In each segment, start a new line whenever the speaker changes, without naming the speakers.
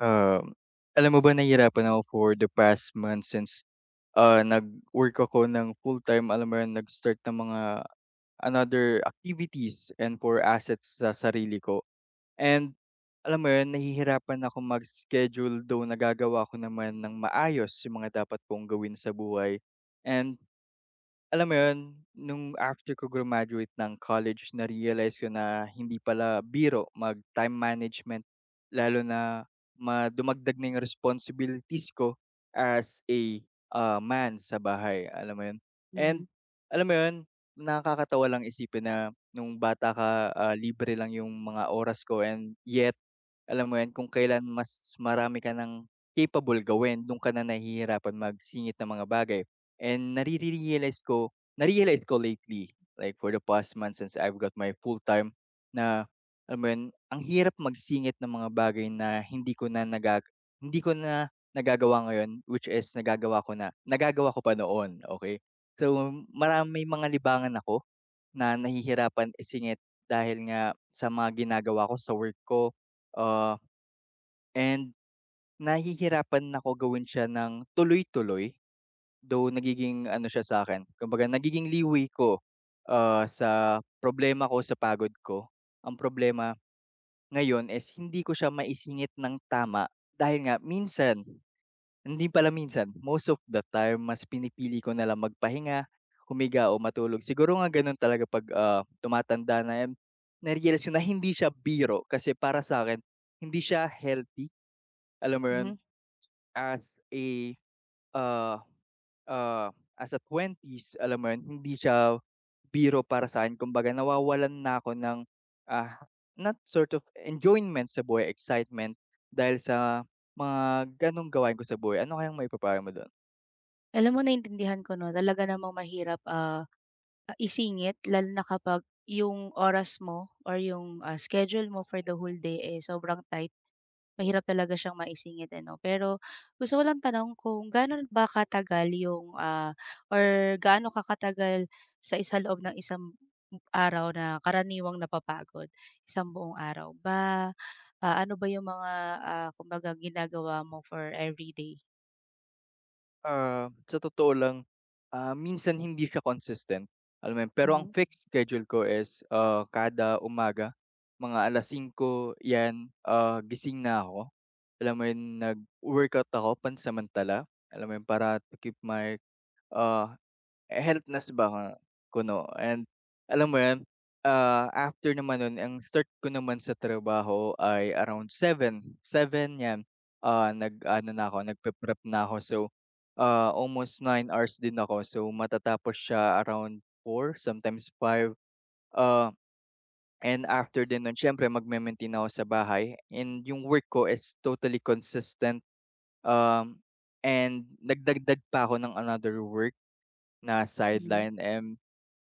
Um, Alam mo ba, nahihirapan ako for the past month since, nag-work ako ng full-time, alam mo yun, nag-start ng mga another activities and for assets sa sarili ko. And alam mo yun, nahihirapan ako mag-schedule though nagagawa ko naman ng maayos yung mga dapat kong gawin sa buhay, and alam mo yun, nung after ko graduate ng college na-realize ko na hindi pala biro mag time management, lalo na dumagdag na yung responsibilities ko as a, man sa bahay, alam mo yun? And
Mhm,
alam mo yun, nakakatawa lang isipin na nung bata ka, libre lang yung mga oras ko, and yet, alam mo yun, kung kailan mas marami ka ng capable gawin, dun ka na nahihirapan magsingit ng mga bagay. And nare-realize ko Na-realize ko lately, like for the past month since I've got my full-time, na, alam mo 'yun, ang hirap magsingit ng mga bagay na hindi ko na nagagawa ngayon, which is nagagawa ko pa noon, okay? So, may mga libangan ako na nahihirapan isingit dahil nga sa mga ginagawa ko sa work ko, ah, and nahihirapan ako gawin siya ng tuloy-tuloy. Though nagiging ano siya sa'kin, kumbaga nagiging liwi ko, sa problema ko, sa pagod ko. Ang problema ngayon is hindi ko siya maisingit ng tama dahil nga minsan, hindi pala minsan, most of the time mas pinipili ko na nalang magpahinga, humiga o matulog. Siguro nga gano'n talaga 'pag, tumatanda na 'yan, na-realize ko na hindi siya biro kasi para sa'kin hindi siya healthy, alam mo 'yun,
mhm.
as a, ah ah, as a twenties alam mo yun, hindi siya biro para sa'kin. Kumbaga nawawalan na ako ng, ah, not sort of enjoyment sa buhay, excitement dahil sa mga gano'ng gawain ko sa buhay. Ano kayang maipapayo mo do'n?
Alam mo, naintindihan ko 'no, talaga namang mahirap, isingit lalo na kapag yung oras mo or yung, schedule mo for the whole day, eh, sobrang tight. Mahirap talaga siyang maisingit ano. Pero gusto ko lang tanong kung gaano ba katagal yung, or gaano kakatagal sa isa loob ng isang araw na karaniwang napapagod? Isang buong araw ba? Ah, ano ba yung mga, kumbaga ginagawa mo for everyday?
Sa totoo lang, minsan hindi siya consistent, alam mo yun. Pero ang
Mhm,
fixed schedule ko is, kada umaga, mga 5:00 'yan, gising na ako. Alam mo yun, nag-workout ako pansamantala, alam mo yun, para to keep my, oo, eh, health nuts ba ko no, and alam mo yun, after naman nun ang start ko naman sa trabaho ay around seven 'yan, nag-ano na ako nagpe-prep na ako so, almost nine hours din ako so matatapos siya around four, sometimes five, ah, and after din nun siyempre magme-maintain ako sa bahay, and yung work ko is totally consistent, um, and nagdagdag pa ako ng another work na
mhm.
sideline,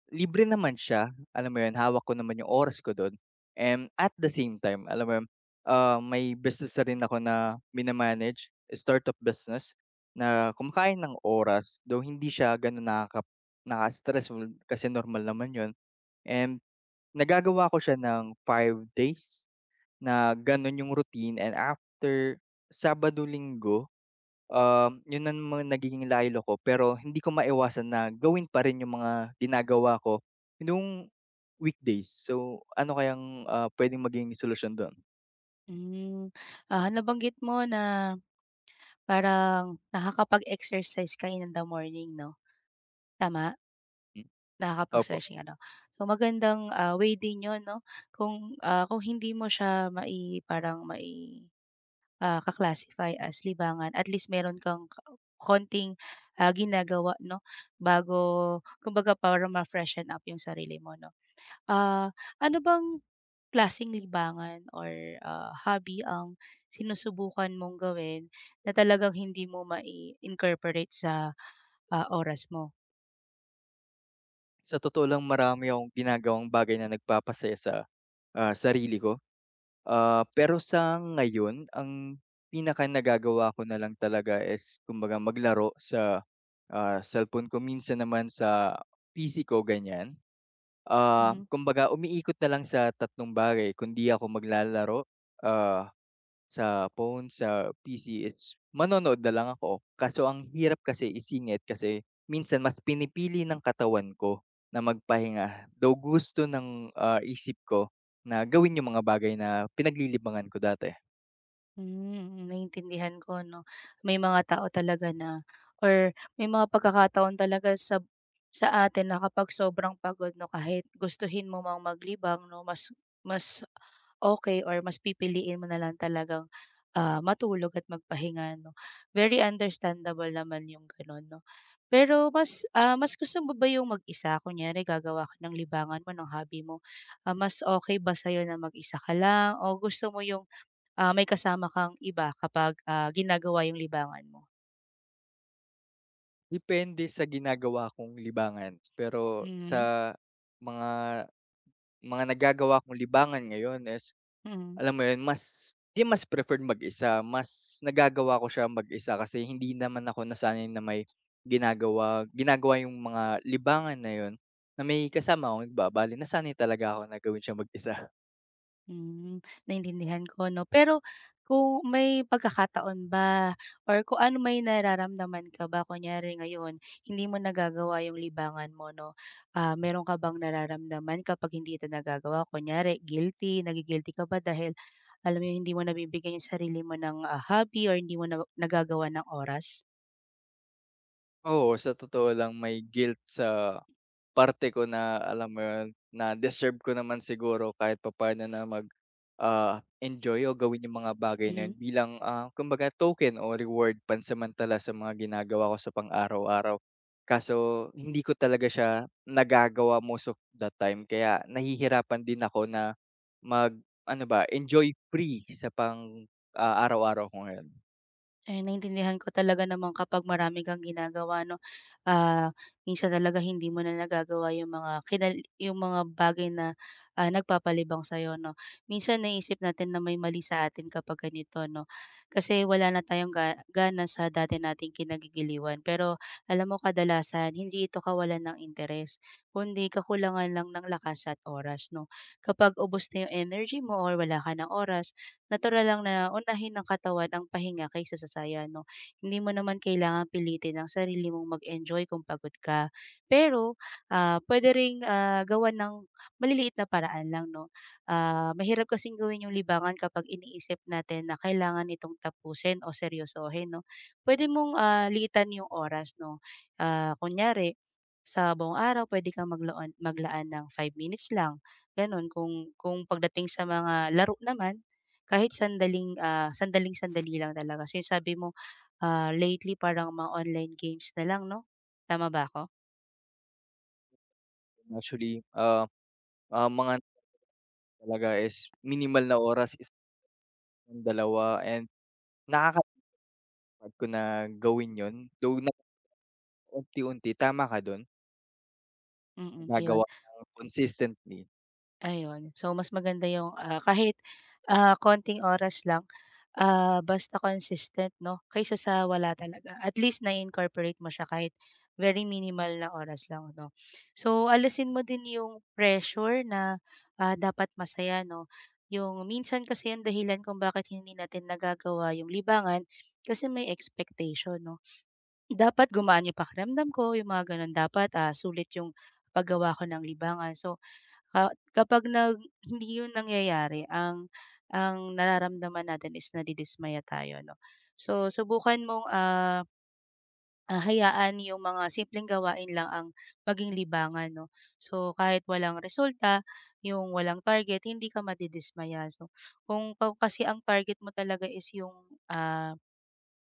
libre naman siya, alam mo yun, hawak ko naman yung oras ko dun, and at the same time, alam mo yun, may business na rin ako na startup business na kumakain ng oras, though hindi siya gano'n naka-stressful kasi normal naman yun, and nagagawa ko siya ng five days na gano'n yung routine, and after Sabado, Linggo, yun ang mga nagiging laylo ko pero hindi ko maiwasan na gawin pa rin yung mga ginagawa ko nung weekdays. So, ano kayang, puwedeng maging solusyon dun?
Hmm, nabanggit mo na parang nakakapag-exercise ka in the morning 'no, tama?
Hmm, opo.
Nakakapag-stretching ano. So magandang, way din 'yun 'no, kung, kung hindi mo siya mai parang mai ka as libangan, at least meron kang ka konting, ginagawa 'no, bago kumbaga para ma-freshen up 'yung sarili mo 'no. Ah, Ano bang klaseng libangan or, hobby ang sinusubukan mong gawin na talagang hindi mo mai-incorporate sa, oras mo?
Sa totoo lang marami akong ginagawang bagay na nagpapasaya sa, sarili ko. Ah, pero sa ngayon ang pinaka nagagawa ko na lang talaga is kumbaga maglaro sa, cellphone ko, minsan naman sa PC ko, ganyan. Ah,
Mhm.
kumbaga umiikot na lang sa tatlong bagay: kung di ako maglalaro, ah, sa phone, sa PC, it's manonood na lang ako. Kaso ang hirap kasi isingit kasi minsan mas pinipili ng katawan ko na magpahinga, though gusto ng, isip ko na gawin yung mga bagay na pinaglilibangan ko dati.
Hmm, naintindihan ko 'no. May mga tao talaga na or may mga pagkakataon talaga sa atin na kapag sobrang pagod 'no, kahit gustuhin mo mang maglibang 'no, mas mas okay or mas pipiliin mo na lang talagang, matulog at magpahinga 'no. Very understandable naman yung gano'n 'no. Pero mas, mas gusto mo ba yung mag-isa? Kunyari gagawa ka ng libangan mo, ng hobby mo, mas okay ba sa'yo na mag-isa ka lang o gusto mo yung may kasama kang iba kapag, ginagawa yung libangan mo.
Depende sa ginagawa kong libangan, pero
Mhm,
sa mga mga nagagawa kong libangan ngayon is,
mm,
alam mo yun, mas preferred mag-isa, mas nagagawa ko siya mag-isa kasi hindi naman ako nasanay na may ginagawa ginagawa yung mga libangan na yun na may kasama akong iba. Bale nasanay talaga ako na gawin siyang mag-isa.
hmm, naintindihan ko 'no. Pero kung may pagkakataon ba or kung ano may nararamdaman ka ba kunyari ngayon hindi mo nagagawa yung libangan mo 'no, meron ka bang nararamdaman kapag hindi ito nagagawa? Kunyari guilty, nagigilty ka ba dahil alam mo yun hindi mo nabibigyan yung sarili mo ng, hobby or hindi mo na nagagawan ng oras?
Oo, sa totoo lang may guilt sa parte ko na alam mo yun, na deserve ko naman siguro kahit papaano na mag, enjoy o gawin yung mga bagay na
Mhm.
yun bilang, kumbaga token o reward pansamantala sa mga ginagawa ko sa pang-araw-araw. Kaso hindi ko talaga siya nagagawa most of the time kaya nahihirapan din ako na enjoy free sa pang, araw-araw ko ngayon.
Ay, naintindihan ko talaga naman kapag marami kang ginagawa 'no. Ah, Minsan talaga hindi mo na nagagawa yung mga kinal yung mga bagay na, nagpapalibang sa'yo 'no. Minsan naisip natin na may mali sa atin kapag ganito 'no, kasi wala na tayong ga gana sa dati nating kinagigiliwan. Pero alam mo kadalasan hindi ito kawalan ng interes, kundi kakulangan lang ng lakas at oras 'no. Kapag ubos na yung energy mo or wala ka ng oras natural lang na unahin ng katawan ang pahinga kaysa sa saya 'no. Hindi mo naman kailangan pilitin ang sarili mong mag-enjoy kung pagod ka. Pero, puwede ring, gawan ng maliliit na paraan lang 'no. Mahirap kasing gawin yung libangan kapag iniisip natin na kailangan itong tapusin o seryosohin 'no. Pwede mong, liitan yung oras 'no. Kunyari sa buong araw pwede kang magloon maglaan ng 5 minutes lang, gano'n. Kung pagdating sa mga laro naman, kahit sandaling, sandaling-sandali lang talaga since sabi mo, lately parang mga online games na lang 'no? Tama ba ako?
Actually, ang mga talaga is minimal na oras is 1, 2, and nakaka ko na gawin yun, though na unti-unti, tama ka dun,
Mm, ayun.
nagagawa ng consistently.
Ayun. So, mas maganda yung, kahit, konting oras lang, basta consistent 'no, kaysa sa wala talaga. At least na-incorporate mo siya kahit very minimal na oras lang 'no. So, alisin mo din yung pressure na, dapat masaya 'no. Yung minsan kasi ang dahilan kung bakit hindi natin nagagawa yung libangan kasi may expectation 'no. Dapat gumaan yung pakiramdam ko, yung mga gano'n. Dapat, sulit yung paggawa ko ng libangan. So, ka kapag nag hindi yun nangyayari, ang nararamdaman natin is nadidismaya tayo, 'no? So, subukan mong, hayaan yung mga simpleng gawain lang ang maging libangan 'no. So, kahit walang resulta, yung walang target, hindi ka madidismaya. So, kung pa kasi ang target mo talaga is yung, ah,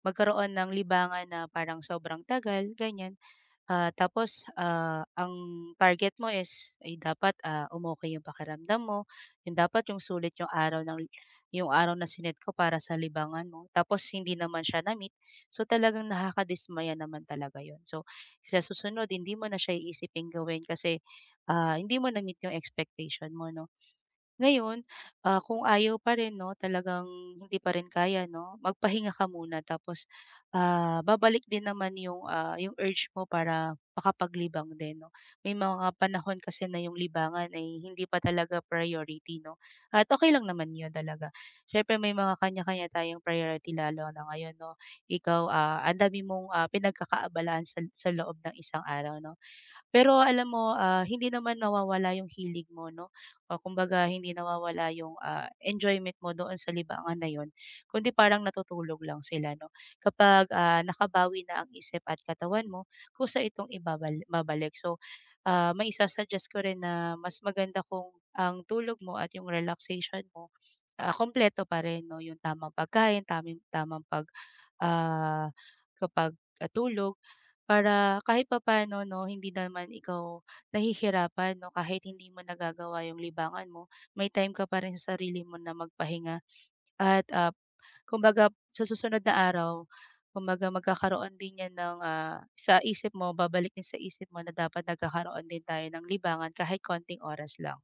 magkaroon ng libangan na parang sobrang tagal, ganyan. Tapos, ang target mo is ay dapat, umokey yung pakiramdam mo, yung dapat yung sulit yung araw ng yung araw na sinet ko para sa libangan mo tapos hindi naman siya na-meet, so talagang nakakadismaya naman talaga yun. So, sa susunod hindi mo na siya iisiping gawin kasi, hindi mo na-meet yung expectation mo 'no. Ngayon, kung ayaw pa rin 'no, talagang hindi pa rin kaya 'no, magpahinga ka muna tapos, babalik din naman yung, yung urge mo para makapaglibang din 'no. May mga panahon kasi na yung libangan ay hindi pa talaga priority 'no, at okay lang naman yun talaga. Siyempre may mga kanya-kanya tayong priority lalo na ngayon 'no. Ikaw, ang dami mong, pinagkakaabalahan sa loob ng isang araw 'no. Pero alam mo, hindi naman nawawala yung hilig mo 'no, o kumbaga hindi nawawala yung, enjoyment mo doon sa libangan na yun, kundi parang natutulog lang sila 'no. Kapag, nakabawi na ang isip at katawan mo, kusa itong ibabal babalik. So, maisa-suggest ko rin na mas maganda kung ang tulog mo at yung relaxation mo kompleto pa rin 'no, yung tamang pagkain, taming tamang pag ah, kapag tulog para kahit papaano 'no, hindi naman ikaw nahihirapan 'no, kahit hindi mo nagagawa yung libangan mo, may time ka pa rin sa sarili mo na magpahinga at, kumbaga sa susunod na araw, kumbaga magkakaroon din yan ng, sa isip mo, babalik din sa isip mo na dapat nagkakaroon din tayo ng libangan kahit konting oras lang.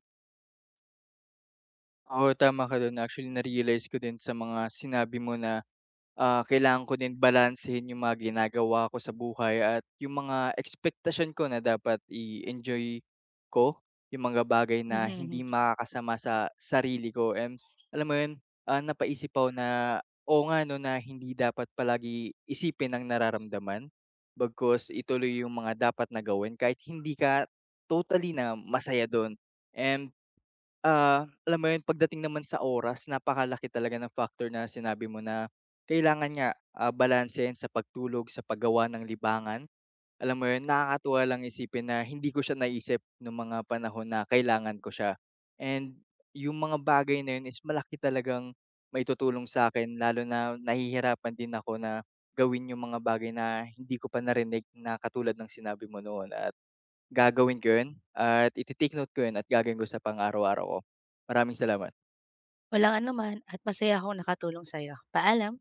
Oo, tama ka dun. Actually, na-realize ko din sa mga sinabi mo na, kailangan ko din balansehin yung mga ginagawa ko sa buhay at yung mga expectation ko na dapat i-enjoy ko yung mga bagay na
Mhm.
hindi makakasama sa sarili ko, and alam mo yun, napaisip ako na, o nga 'no, na hindi dapat palagi isipin ang nararamdaman, bagkus ituloy yung mga dapat na gawin kahit hindi ka totally na masaya dun. And alam mo yun, pagdating naman sa oras, napakalaki talaga ng factor na sinabi mo na kailangan nga, balansehin sa pagtulog, sa paggawa ng libangan. Alam mo yun, nakakatuwa lang isipin na hindi ko siya naisip nung mga panahon na kailangan ko siya. And yung mga bagay na yun is malaki talagang maitutulong sa akin, lalo na nahihirapan din ako na gawin yung mga bagay na hindi ko pa narinig na katulad ng sinabi mo noon. At gagawin ko yun, at ite-take note ko yun, at gagawin ko sa pang-araw-araw ko. Maraming salamat.
Walang anuman at masaya akong nakatulong sa'yo. Paalam.